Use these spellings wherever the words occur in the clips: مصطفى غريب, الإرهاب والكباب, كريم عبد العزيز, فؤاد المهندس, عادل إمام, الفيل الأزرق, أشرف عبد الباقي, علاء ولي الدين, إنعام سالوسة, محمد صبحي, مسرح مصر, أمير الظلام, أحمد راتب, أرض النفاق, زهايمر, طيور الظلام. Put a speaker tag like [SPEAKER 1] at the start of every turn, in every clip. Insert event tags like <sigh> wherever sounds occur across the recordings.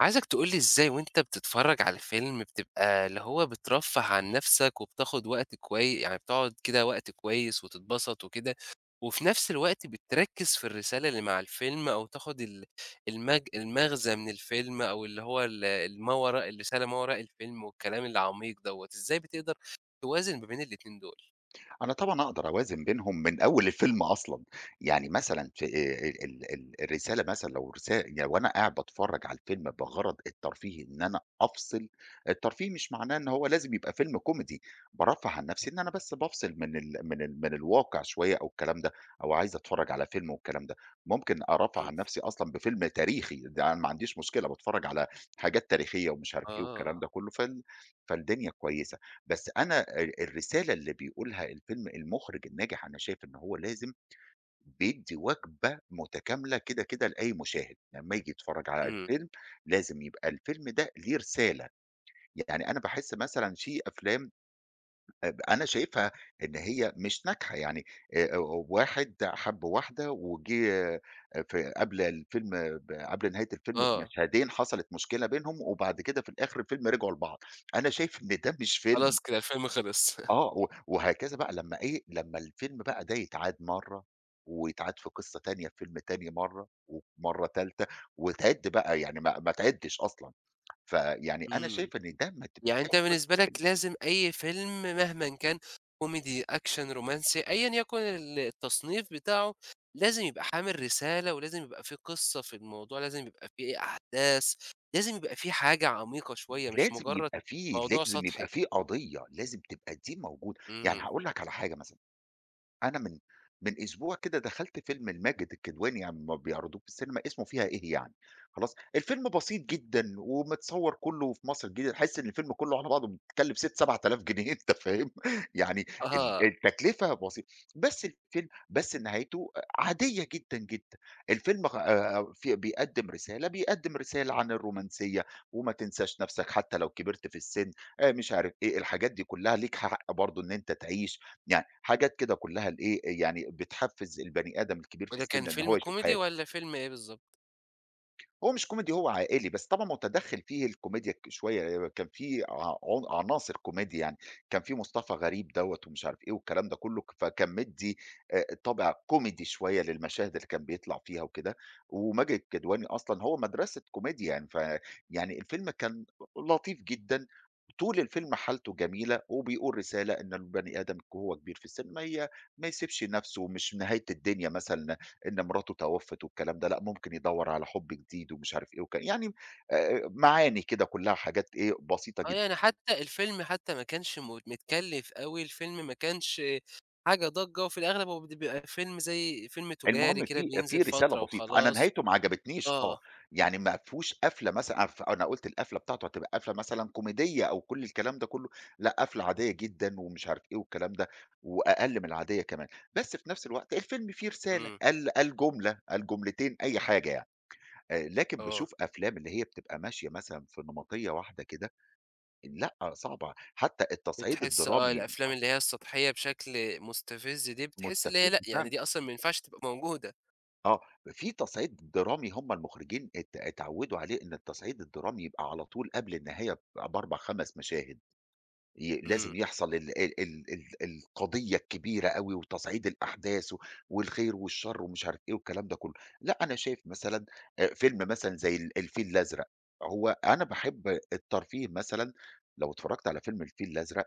[SPEAKER 1] عايزك تقول لي إزاي وأنت بتتفرّج على فيلم بتبقى اللي هو بترفّه عن نَفْسك وبتاخُد وقت كوي، يعني بتقعد كده وقت كويس وتتبسط وكده، وفي نَفْس الوقت بتركّز في الرسالة اللي مع الفيلم أو تاخُد ال المج المغزى من الفيلم أو اللي هو ال الما وراء الرسالة ما وراء الفيلم والكلام العميق دوّة، إزاي بتقدر توازن ما بين الاتنين دول؟
[SPEAKER 2] أنا طبعًا أقدر أوازن بينهم من أول الفيلم أصلًا، يعني مثلًا في ال ال الرسالة مثلًا لو رسا يعني وأنا قاعد باتفرج على الفيلم بغرض الترفيهي إن أنا أفصل، الترفيه مش معناه إن هو لازم يبقى فيلم كوميدي، بارفّه عن نفسي إن أنا بس بافصل من الواقع شوية أو الكلام ده، أو عايز أتفرج على فيلم والكلام ده، ممكن أرفّه
[SPEAKER 1] إمم،
[SPEAKER 2] عن نفسي أصلًا بفيلم تاريخي، ده أنا ما عنديش مشكلة باتفرج على حاجات تاريخية ومش عارف إيه والكلام
[SPEAKER 1] آه،
[SPEAKER 2] ده كله، فالدنيا كويسة. بس أنا الرسالة اللي بيقولها الفيلم المُخرِج الناجح أنا شايف إن هو لازم بيدّي وجبة متكاملة كده لأي مشاهد، لمّا ييجي يتفرّج على
[SPEAKER 1] إمم،
[SPEAKER 2] الفيلم لازم يبقى الفيلم ده ليه رسالة. يعني أنا باحس مثلًا في أفلام أنا شايفها إن هي مش ناجحة، يعني آآ واحد حَب واحدة وجِه في قبل الفيلم قبل نهاية الفيلم
[SPEAKER 1] آه،
[SPEAKER 2] بمشهدين حصلت مشكلة بينهم، وبعد كده في الآخر الفيلم رجعوا لبعض، أنا شايف إن ده مش فيلم.
[SPEAKER 1] خلاص كده الفيلم خلص. <laughs>
[SPEAKER 2] آه، وهكذا بقى لمّا إيه، لمّا الفيلم بقى ده يتعاد مرّة، ويتعاد في قصة تانية في فيلم تاني مرّة، ومرّة تالتة، وتعِد بقى يعني ما تعِدّش أصلًا، فيعني أنا
[SPEAKER 1] إمم.
[SPEAKER 2] شايف إن ده ما
[SPEAKER 1] يعني
[SPEAKER 2] تبقاش
[SPEAKER 1] أنت
[SPEAKER 2] قصة
[SPEAKER 1] بالنسبة لك
[SPEAKER 2] فيلم،
[SPEAKER 1] لازم أي فيلم مهمًا كان كوميدي، أكشن، رومانسي، أيًا يكن التصنيف بتاعه، لازم يبقى حامل رسالة ولازم يبقى في قصة في الموضوع، لازم يبقى في أحداث، لازم يبقى في حاجة عميقة شوية مش مجرد موضوع
[SPEAKER 2] لازم يبقى
[SPEAKER 1] سطحي.
[SPEAKER 2] في قضية، لازم تبقى دي موجودة، يعني
[SPEAKER 1] إمم.
[SPEAKER 2] هاقول لك على حاجة مثلًا. أنا من أسبوع كده دخلت فيلم لماجد الكدواني يعني أمّا بيعرضوه في السينما اسمه فيها إيه يعني، خلاص، الفيلم بسيط جدًا ومتصوّر كُلّه في مصر الجديدة، تحس إن الفيلم كُلّه على بعضه بيتكلّف 6، 7000 جنيه <laughs> أنت فاهم؟ يعني
[SPEAKER 1] أها،
[SPEAKER 2] التكلفة بسيطة، بس الفيلم نهايته عادية جدًا، الفيلم خ في بيقدّم رسالة، بيقدّم رسالة عن الرومانسية وما تنساش نَفْسك حتى لو كبرت في السِن، مش عارف إيه، الحاجات دي كُلّها ليك حق برضه إن أنت تعيش، يعني حاجات كده كلّها الإيه، يعني بتحفّز البني آدم الكبير في
[SPEAKER 1] وده كان
[SPEAKER 2] السِن إن
[SPEAKER 1] فيلم
[SPEAKER 2] هو يشوف
[SPEAKER 1] كوميدي
[SPEAKER 2] حياته.
[SPEAKER 1] والّا فيلم إيه بالضبط؟
[SPEAKER 2] هو مش كوميدي هو عائلي، بس طبعًا متدخّل فيه الكوميديا شوية، كان في عن عناصر كوميديا يعني، كان في مصطفى غريب دوّة ومش عارف إيه والكلام ده كلّه، فكان مدّي طابع كوميدي شوية للمشاهد اللي كان بيطلع فيها وكده، وماجد الكدواني أصلًا هو مدرسة كوميديا يعني، يعني الفيلم كان لطيف جدًا، طول الفيلم حالته جميلة وبيقول رسالة إن البني آدم وهو كبير في السن ما يسيبش نَفْسه، مش نهاية الدنيا مثلًا إن مراته توفت والكلام ده، لأ ممكن يدوّر على حُب جديد ومش عارف إيه يعني معاني كده كلّها حاجات إيه، بسيطة
[SPEAKER 1] آه،
[SPEAKER 2] جدًا.
[SPEAKER 1] يعني حتى الفيلم حتى ما كانش متكلف أوي، الفيلم ما كانش حاجة ضجة، وفي الأغلب هو بيبقى فيلم زي فيلم
[SPEAKER 2] المهم
[SPEAKER 1] تجاري كده
[SPEAKER 2] في
[SPEAKER 1] بينزل
[SPEAKER 2] رسالة
[SPEAKER 1] فترة
[SPEAKER 2] بسيطة، أنا
[SPEAKER 1] وخلاص.
[SPEAKER 2] نهايته ما عجبتنيش آه،
[SPEAKER 1] آه،
[SPEAKER 2] يعني ما فيهوش قفلة مثلًا أنا أنا قُلت القفلة بتاعته هتبقى قفلة مثلًا كوميدية أو كل الكلام ده كلّه، لأ قفلة عادية جدًا ومش عارف إيه والكلام ده، وأقل من العادية كمان. بس في نفس الوقت الفيلم فيه رسالة،
[SPEAKER 1] إمم،
[SPEAKER 2] قال جملة، قال جملتين، أي حاجة يعني. لكن
[SPEAKER 1] آه،
[SPEAKER 2] باشوف أفلام اللي هي بتبقى ماشية مثلًا في نمطية واحدة كده لأ، صعبة، حتى التصعيد
[SPEAKER 1] بتحس آه،
[SPEAKER 2] الدرامي
[SPEAKER 1] الأفلام
[SPEAKER 2] آه،
[SPEAKER 1] اللي هي السطحية بشكل مستفز دي، بتحس اللي هي لأ،
[SPEAKER 2] مستفز
[SPEAKER 1] يعني
[SPEAKER 2] فعلًا،
[SPEAKER 1] دي أصلًا ما ينفعش تبقى موجودة،
[SPEAKER 2] آه، في تصعيد درامي هم المخرجين اتعودوا عليه إن التصعيد الدرامي يبقى على طول قبل النهاية ب4، 5 مشاهد، لازم
[SPEAKER 1] إمم،
[SPEAKER 2] يحصل ال ال ال ال القضية الكبيرة أوي وتصعيد الأحداث والخير والشر ومش عارف إيه والكلام ده كله، لأ، أنا شايف مثلًا فيلم مثلًا زي الفيل الأزرق، هو أنا باحب الترفيه مثلًا لو اتفرجت على فيلم الفيل الأزرق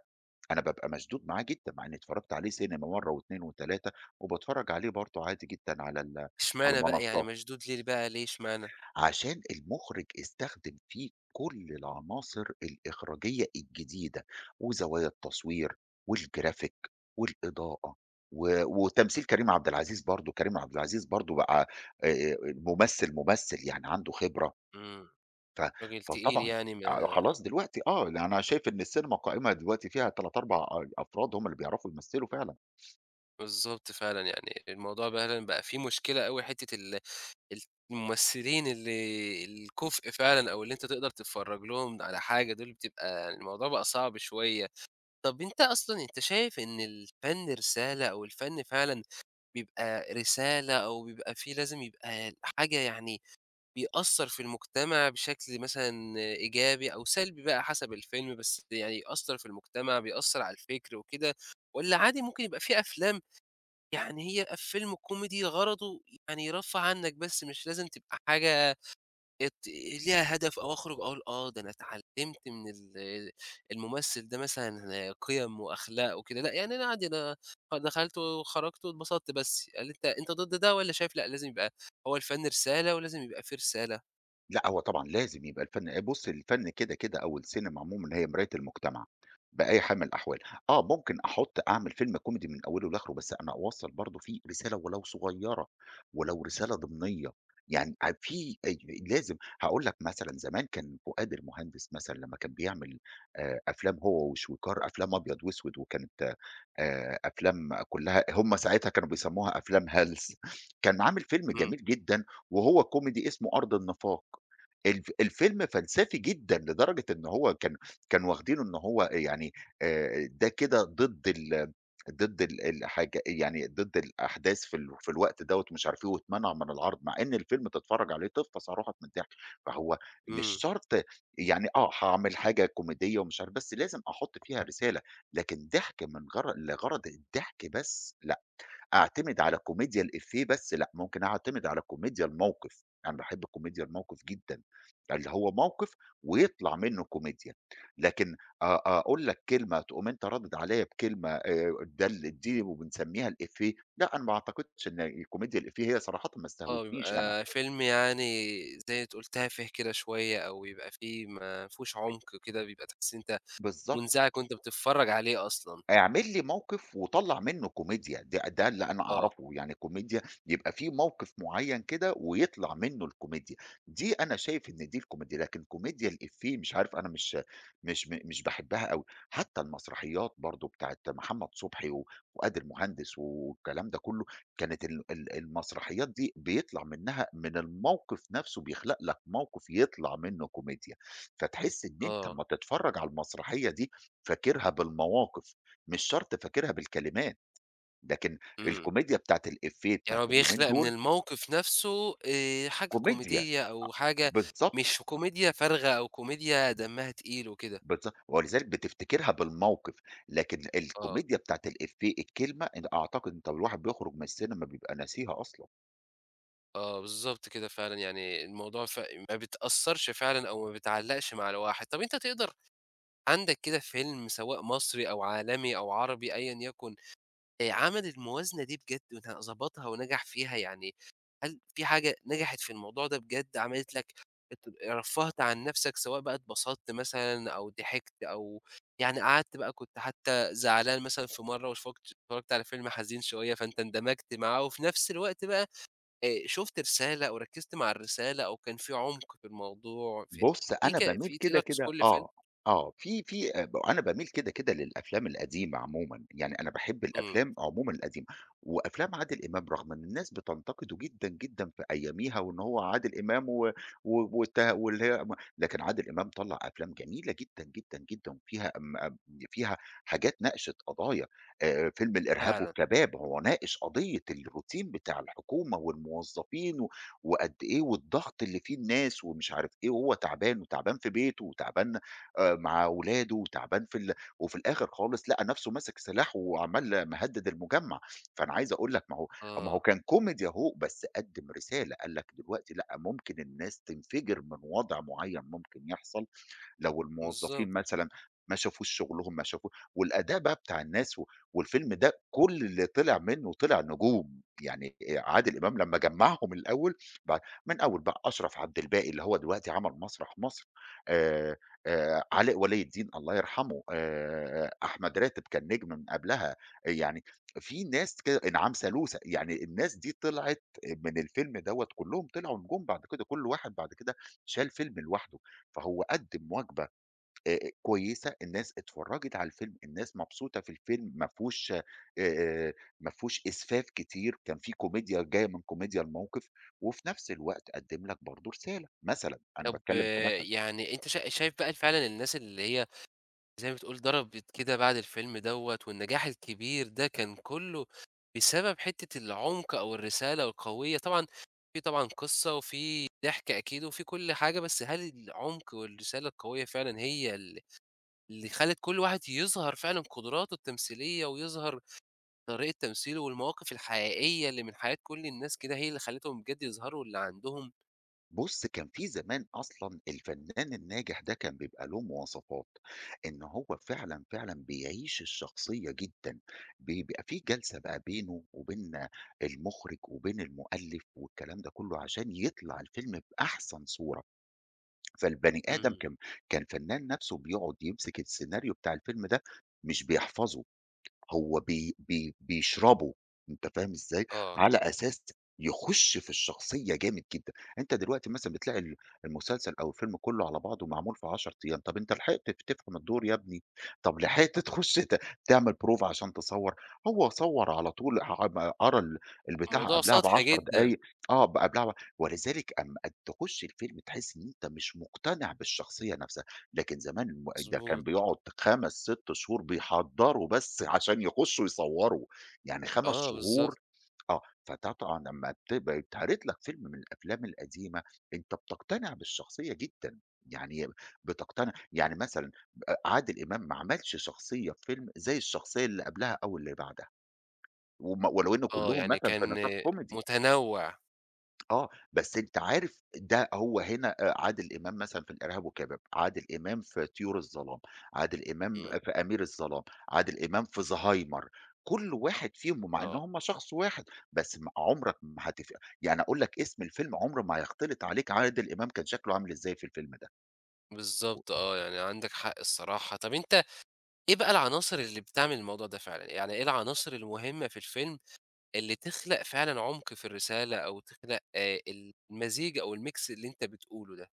[SPEAKER 2] أنا بابقى مشدود معاه جدًا، مع إني اتفرّجت عليه سينما مرّة و2 و3 وباتفرّج عليه برضه عادي جدًا على
[SPEAKER 1] إشمعنى بقى يعني
[SPEAKER 2] المنصات،
[SPEAKER 1] مشدود ليه بقى ليه إشمعنى؟
[SPEAKER 2] عشان المُخرج استخدم فيه كل العناصر الإخراجية الجديدة، وزوايا التصوير والGraphic والإضاءة وتمثيل كريم عبد العزيز برضه، كريم عبد العزيز برضه بقى ممثّل يعني عنده خبرة.
[SPEAKER 1] إمم،
[SPEAKER 2] ف
[SPEAKER 1] راجل تقيل
[SPEAKER 2] فطبعًا
[SPEAKER 1] يعني ما
[SPEAKER 2] آه، خلاص دلوقتي آه، لأ أنا شايف إن السينما قائمة دلوقتي فيها 3، 4 أفراد هم اللي بيعرفوا يمثّلوا فعلًا.
[SPEAKER 1] بالضبط فعلًا، يعني الموضوع فعلًا بقى فيه مشكلة أوي حتة ال ال الممثلين اللي الكُفء فعلًا أو اللي أنت تقدر تتفرّج لهم على حاجة دول بتبقى، يعني الموضوع بقى صعب شوية. طَب أنت أصلًا أنت شايف إن الفن رسالة أو الفن فعلًا بيبقى رسالة أو بيبقى في لازم يبقى حاجة، يعني بيأثّر في المجتمع بشكل مثلًا إيجابي أو سلبي بقى حسب الفيلم، بس يعني يأثّر في المجتمع، بيأثّر على الفكر وكده، والّا عادي ممكن يبقى في أفلام يعني هي فيلم كوميدي غرضه يعني يرفّه عنّك بس، مش لازم تبقى حاجة ات ليها هدف أو أخرج أقول آه، ده أنا اتعلمت من الممثل ده مثلًا قِيَم وأخلاق وكده، لأ يعني أنا عادي أنا دخلت وخرجت واتبسطت بس، هل أنت ضد ده والّا شايف لأ لازم يبقى هو الفن رسالة ولازم يبقى في رسالة؟
[SPEAKER 2] لأ، هو طبعًا لازم يبقى الفن الفن كده أو السينما عمومًا هي مراية المجتمع بأي حال من الأحوال. آه، ممكن أعمل فيلم كوميدي من أوله لآخره، بس أنا أوصّل برضه فيه رسالة ولو صغيّرة، ولو رسالة ضمنية. يعني ع في لازم هاقول لك مثلًا زمان كان فؤاد المهندس مثلًا لمّا كان بيعمل أفلام هو وشويكار، أفلام أبيض وأسود وكانت أفلام كلّها هم ساعتها كانوا بيسموها أفلام هلس. كان عامل فيلم
[SPEAKER 1] إمم،
[SPEAKER 2] جميل جدًا وهو كوميدي اسمه أرض النفاق. الفيلم فلسفي جدًا لدرجة إن هو كان كانوا واخدينه إن هو يعني ده كده ضد ال ضد ال الحاجة يعني ضد الأحداث في الوقت دوّة ومش عارف إيه واتمنع من العرض، مع إن الفيلم تتفرّج عليه تفطس على روحك من الضحك. فهو مش
[SPEAKER 1] إمم،
[SPEAKER 2] شرط يعني آه، هاعمل حاجة كوميدية ومش عارف بس لازم أحُط فيها رسالة. لكن ضحك من غر لغرض الضحك بس لأ، أعتمد على كوميديا الإفيه بس لأ، ممكن أعتمد على كوميديا الموقف، أنا باحب كوميديا الموقف جدًا، اللي هو موقف ويطلع منه كوميديا، لكن أقول لك كلمة تقوم أنت رادد عليَّ بكلمة ده ال دي وبنسميها الإفيه، لأ، أنا ما أعتقدش إن كوميديا الإفيه هي صراحةً ما
[SPEAKER 1] آه
[SPEAKER 2] استهوتنيش أنا،
[SPEAKER 1] بيبقى فيلم يعني زي ما تقول تافه كده شوية أو يبقى فيه ما فيهوش عمق كده، بيبقى تحس إن أنت
[SPEAKER 2] بالضبط.
[SPEAKER 1] منزعج وأنت بتتفرج عليه أصلًا،
[SPEAKER 2] اعمل لي موقف وطلّع منّه كوميديا، ده اللي أنا
[SPEAKER 1] آه،
[SPEAKER 2] أعرفه، يعني كوميديا يبقى في موقف معيّن كده ويطلع منّه الكوميديا، دي أنا شايف إن دي الكوميديا، لكن كوميديا الإفيه مش عارف أنا مش باحبها أوي، حتى المسرحيات برضه بتاعة محمد صبحي وفؤاد المهندس والكلام ده كلّه، كانت ال ال المسرحيات دي بيطلع منها من الموقف نفْسه بيخلق لك موقف يطلع منّه كوميديا، فتحس إن أنت
[SPEAKER 1] آه،
[SPEAKER 2] أمّا تتفرّج على المسرحية دي فاكرها بالمواقف، مش شرط فاكرها بالكلمات، لكن
[SPEAKER 1] إمم.
[SPEAKER 2] الكوميديا بتاعة الإفيه بتاعة
[SPEAKER 1] يعني هو
[SPEAKER 2] اليومين
[SPEAKER 1] بيخلق من
[SPEAKER 2] دول
[SPEAKER 1] الموقف نفسه حاجة
[SPEAKER 2] كوميديا
[SPEAKER 1] كوميدية
[SPEAKER 2] أ
[SPEAKER 1] أو حاجة
[SPEAKER 2] بالضبط،
[SPEAKER 1] مش كوميديا فارغة أو كوميديا دمها تقيل وكده.
[SPEAKER 2] بالضبط، ولذلك بتفتكرها بالموقف، لكن
[SPEAKER 1] آه،
[SPEAKER 2] الكوميديا بتاعة الإفيه الكلمة أن أعتقد أنت والواحد بيخرج من السينما بيبقى ناسيها أصلًا.
[SPEAKER 1] آه بالضبط كده فعلًا، يعني الموضوع ما بتأثّرش فعلًا أو ما بتعلّقش مع الواحد. طَب أنت تقدر عندك كده فيلم سواء مصري أو عالمي أو عربي أيًا يكن عمل الموازنة دي بجد ضبطها ونجح فيها يعني، هل في حاجة نجحت في الموضوع ده بجد عملت لك ات رفّهت عن نفسك سواء بقى اتبسطت مثلًا أو ضحكت أو يعني قعدت بقى، كنت حتى زعلان مثلًا في مرّة واتفرجت على فيلم حزين شوية فأنت اندمجت معاه وفي نفس الوقت بقى شُفت رسالة أو ركّزت مع الرسالة أو كان في عمق في الموضوع، في
[SPEAKER 2] بُص،
[SPEAKER 1] في
[SPEAKER 2] أنا
[SPEAKER 1] ك
[SPEAKER 2] باميل
[SPEAKER 1] في
[SPEAKER 2] كده،
[SPEAKER 1] تقدر تذكر
[SPEAKER 2] كده
[SPEAKER 1] لي فيلم؟
[SPEAKER 2] آه، آه، في في أنا باميل كده للأفلام القديمة عمومًا، يعني أنا باحب
[SPEAKER 1] إمم،
[SPEAKER 2] الأفلام عمومًا القديمة، وأفلام عادل إمام رغم إن الناس بتنتقده جدًا في أياميها وإن هو عادل إمام و و والت واللي هي م لكن عادل إمام طلّع أفلام جميلة جدًا، جدًا، جدًا، وفيها م أب فيها حاجات ناقشت قضايا فيلم الإرهاب
[SPEAKER 1] فعلًا،
[SPEAKER 2] والكباب هو ناقش قضية الروتين بتاع الحكومة والموظفين وقد إيه والضغط اللي فيه الناس ومش عارف إيه، وهو تعبان وتعبان في بيته وتعبان مع ولاده وتعبان في ال وفي الآخر خالص لقى نفسه ماسك سلاح وعمّال مهدد المجمّع، فأنا عايز أقول لك ما هو
[SPEAKER 1] آه،
[SPEAKER 2] كان كوميدي أهو، بس قدّم رسالة، قال لك دلوقتي لأ، ممكن الناس تنفجر من وضع معيّن ممكن يحصل لو الموظفين
[SPEAKER 1] بالضبط.
[SPEAKER 2] مثلًا ما شافوش شغلهم، ما شافو والأداء بقى بتاع الناس والفيلم ده كل اللي طلع منه طلع نجوم، يعني عادل إمام لمّا جمّعهم الأول بعد من أول بقى أشرف عبد الباقي اللي هو دلوقتي عمل مسرح مصر، آآ علاء ولي الدين الله يرحمه، أحمد راتب كان نجم من قبلها، يعني في ناس كده إنعام سالوسة، يعني الناس دي طلعت من الفيلم دوّة كلّهم طلعوا نجوم بعد كده، كل واحد بعد كده شال فيلم لوحده. فهو قدّم وجبة كويسة، الناس اتفرّجت على الفيلم، الناس مبسوطة في الفيلم، آآ ما فيهوش إسفاف كتير، كان في كوميديا جاية من كوميديا الموقف، وفي نفس الوقت قدّم لك برضه رسالة مثلًا، أنا
[SPEAKER 1] طب
[SPEAKER 2] باتكلّم
[SPEAKER 1] آه،
[SPEAKER 2] كمثل.
[SPEAKER 1] يعني أنت شايف بقى فعلًا الناس اللي هي زي ما بتقول ضربت كده بعد الفيلم دوّة، والنجاح الكبير ده كان كلّه بسبب حتّة العمق أو الرسالة القوية، طبعًا في طبعًا قصة وفي ضحك أكيد وفي كل حاجة، بس هل العمق والرسالة القوية فعلًا هي اللي خلّت كل واحد يظهر فعلًا قدراته التمثيلية، ويظهر طريقة تمثيله والمواقف الحقيقية اللي من حياة كل الناس كده هي اللي خلّتهم بجد يظهروا اللي عندهم؟
[SPEAKER 2] بُص، كان في زمان أصلًا الفنان الناجح ده كان بيبقى له مواصفات، إن هو فعلًا بيعيش الشخصية جدًا، بيبقى في جلسة بقى بينه وبين المُخرِج وبين المؤلف والكلام ده كله عشان يطلع الفيلم بأحسن صورة، فالبني آدم
[SPEAKER 1] إمم،
[SPEAKER 2] كان الفنان نَفْسه بيقعد يمسك السيناريو بتاع الفيلم ده مش بيحفظه، هو بي بي بيشربه، أنت فاهم إزاي؟
[SPEAKER 1] آه،
[SPEAKER 2] على أساس يخُش في الشخصية جامد جدًا، أنت دلوقتي مثلًا بتلاقي المسلسل أو الفيلم كلّه على بعضه معمول في 10 أيام، طَب أنت لحقت تفهم الدور يا ابني؟ طَب لحقت تخُش ت تعمل proof عشان تصوّر؟ هو صوّر على طول ع م قرا البتاع
[SPEAKER 1] موضوع
[SPEAKER 2] قبلها
[SPEAKER 1] سطحي
[SPEAKER 2] ب10
[SPEAKER 1] جدًا.
[SPEAKER 2] دقايق آه، ب قبلها ب ولذلك أمّا تخُش الفيلم تحس إن أنت مش مقتنع بالشخصية نفسها. لكن زمان ده كان
[SPEAKER 1] مضبوط،
[SPEAKER 2] بيقعد 5، 6 شهور بيحضّروا بس عشان يخشّوا يصوّروا، يعني 5
[SPEAKER 1] آه
[SPEAKER 2] شهور
[SPEAKER 1] بالضبط،
[SPEAKER 2] آه، فطبعًا لمّا بتبقى يتعرض لك فيلم من الأفلام القديمة، أنت بتقتنع بالشخصية جدًا، يعني بتقتنع يعني مثلًا عادل إمام ما عملش شخصية في فيلم زي الشخصية اللي قبلها أو اللي بعدها، ولو إن
[SPEAKER 1] آه،
[SPEAKER 2] كلّهم
[SPEAKER 1] يعني
[SPEAKER 2] مثلًا في
[SPEAKER 1] كان
[SPEAKER 2] نطاق كوميدي.
[SPEAKER 1] متنوّع،
[SPEAKER 2] آه، بس أنت عارف ده هو هنا عادل إمام مثلًا في الإرهاب والكباب، عادل إمام في طيور الظلام، عادل إمام
[SPEAKER 1] إمم،
[SPEAKER 2] في أمير الظلام، عادل إمام في زهايمر، كل واحد فيهم ومع إن
[SPEAKER 1] آه،
[SPEAKER 2] هم شخص واحد، بس م عمرك ما هتف يعني أقول لك اسم الفيلم عمره ما هيختلط عليك عادل إمام كان شكله عامل إزاي في الفيلم ده. و
[SPEAKER 1] بالضبط آه، يعني عندك حق الصراحة. طَب أنت إيه بقى العناصر اللي بتعمل الموضوع ده فعلًا، يعني إيه العناصر المهمة في الفيلم اللي تخلق فعلًا عُمق في الرسالة أو تخلق المزيج أو الmix اللي أنت بتقوله ده؟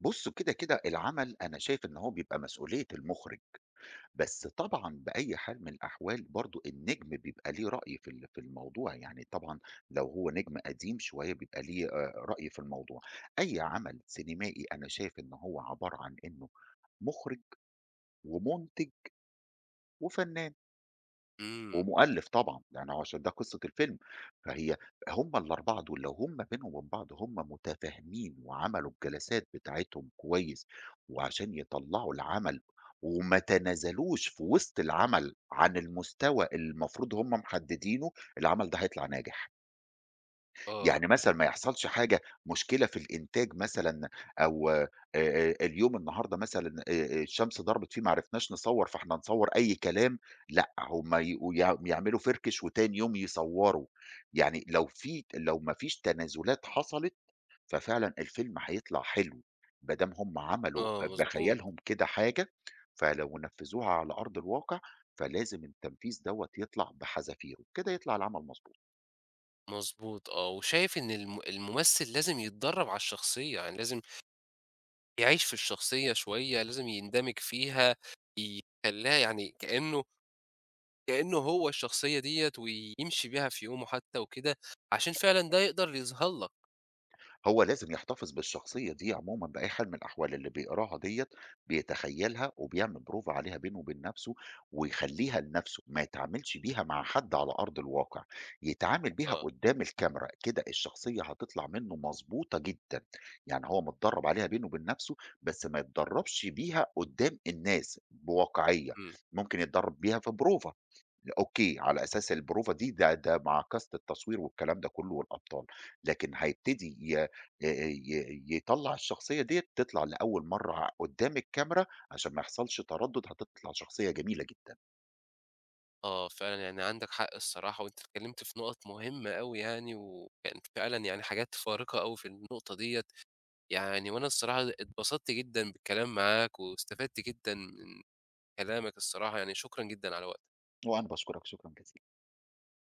[SPEAKER 2] بُص كده العمل أنا شايف إن هو بيبقى مسؤولية المُخرج. بس طبعًا بأي حال من الأحوال برضه النجم بيبقى ليه رأي في الموضوع، يعني طبعًا لو هو نجم قديم شوية بيبقى ليه رأي في الموضوع. أي عمل سينمائي أنا شايف إن هو عبارة عن إنه مُخرج ومُنتج وفنّان.
[SPEAKER 1] إمم،
[SPEAKER 2] ومؤلف طبعًا، يعني هو عشان ده قصة الفيلم، فهي هم ال4 دول لو هم بينهم وبين بعض هم متفاهمين وعملوا الجلسات بتاعتهم كويس، وعشان يطلّعوا العمل وما تنازلوش في وسط العمل عن المستوى اللي المفروض هم محددينه، العمل ده هيطلع ناجح. يعني
[SPEAKER 1] آه،
[SPEAKER 2] مثلًا ما يحصلش حاجة، مشكلة في الإنتاج مثلًا أو اليوم النهارده مثلًا الشمس ضربت فيه ما عرفناش نصوّر، فإحنا نصوّر أي كلام، لأ، هم يقو يع يعملوا فركش وتاني يوم يصوّروا، يعني لو ما فيش تنازلات حصلت، ففعلًا الفيلم هيطلع حلو، ما دام هم عملوا
[SPEAKER 1] آه، مضبوط،
[SPEAKER 2] بخيالهم كده حاجة، فلو نفذوها على أرض الواقع، فلازم التنفيذ دوّة يطلع بحذافيره، كده يطلع العمل مضبوط.
[SPEAKER 1] مضبوط آه، وشايف إن الممثل لازم يتدرّب على الشخصية، يعني لازم يعيش في الشخصية شوية، لازم يندمج فيها، يخلّيها يعني كإنه هو الشخصية ديّة ويمشي بيها في يومه حتى وكده، عشان فعلًا ده يقدر يظهر لك.
[SPEAKER 2] هو لازم يحتفظ بالشخصية دي عمومًا بأي حال من الأحوال، اللي بيقراها ديّة بيتخيّلها وبيعمل بروفة عليها بينه وبين نَفْسه ويخلّيها لنَفْسه، ما يتعاملش بيها مع حد على أرض الواقع، يتعامل بيها
[SPEAKER 1] آه،
[SPEAKER 2] قدّام الكاميرا، كده الشخصية هتطلع منّه مضبوطة جدًا، يعني هو متدرّب عليها بينه وبين نَفْسه، بس ما يتدرّبش بيها قدّام الناس بواقعية،
[SPEAKER 1] إمم،
[SPEAKER 2] ممكن يتدرّب بيها في بروفة. أوكي، على أساس البروفة دي ده ده مع كاست التصوير والكلام ده كله والأبطال، لكن هيبتدي ي ي يطلّع الشخصية ديّة تطلع لأول مرّة قدّام الكاميرا عشان ما يحصلش تردُّد، هتطلع شخصية جميلة جدًا،
[SPEAKER 1] آه فعلًا يعني عندك حق الصراحة، وأنت اتكلمت في نُقط مهمة أوي يعني، وكانت فعلًا يعني حاجات فارقة أوي في النقطة ديّة، يعني وأنا الصراحة اتبسطت جدًا بالكلام معاك، واستفدت جدًا من كلامك الصراحة، يعني شكرًا جدًا على وقتك.
[SPEAKER 2] وأنا باشكرك شكرًا جزيلًا.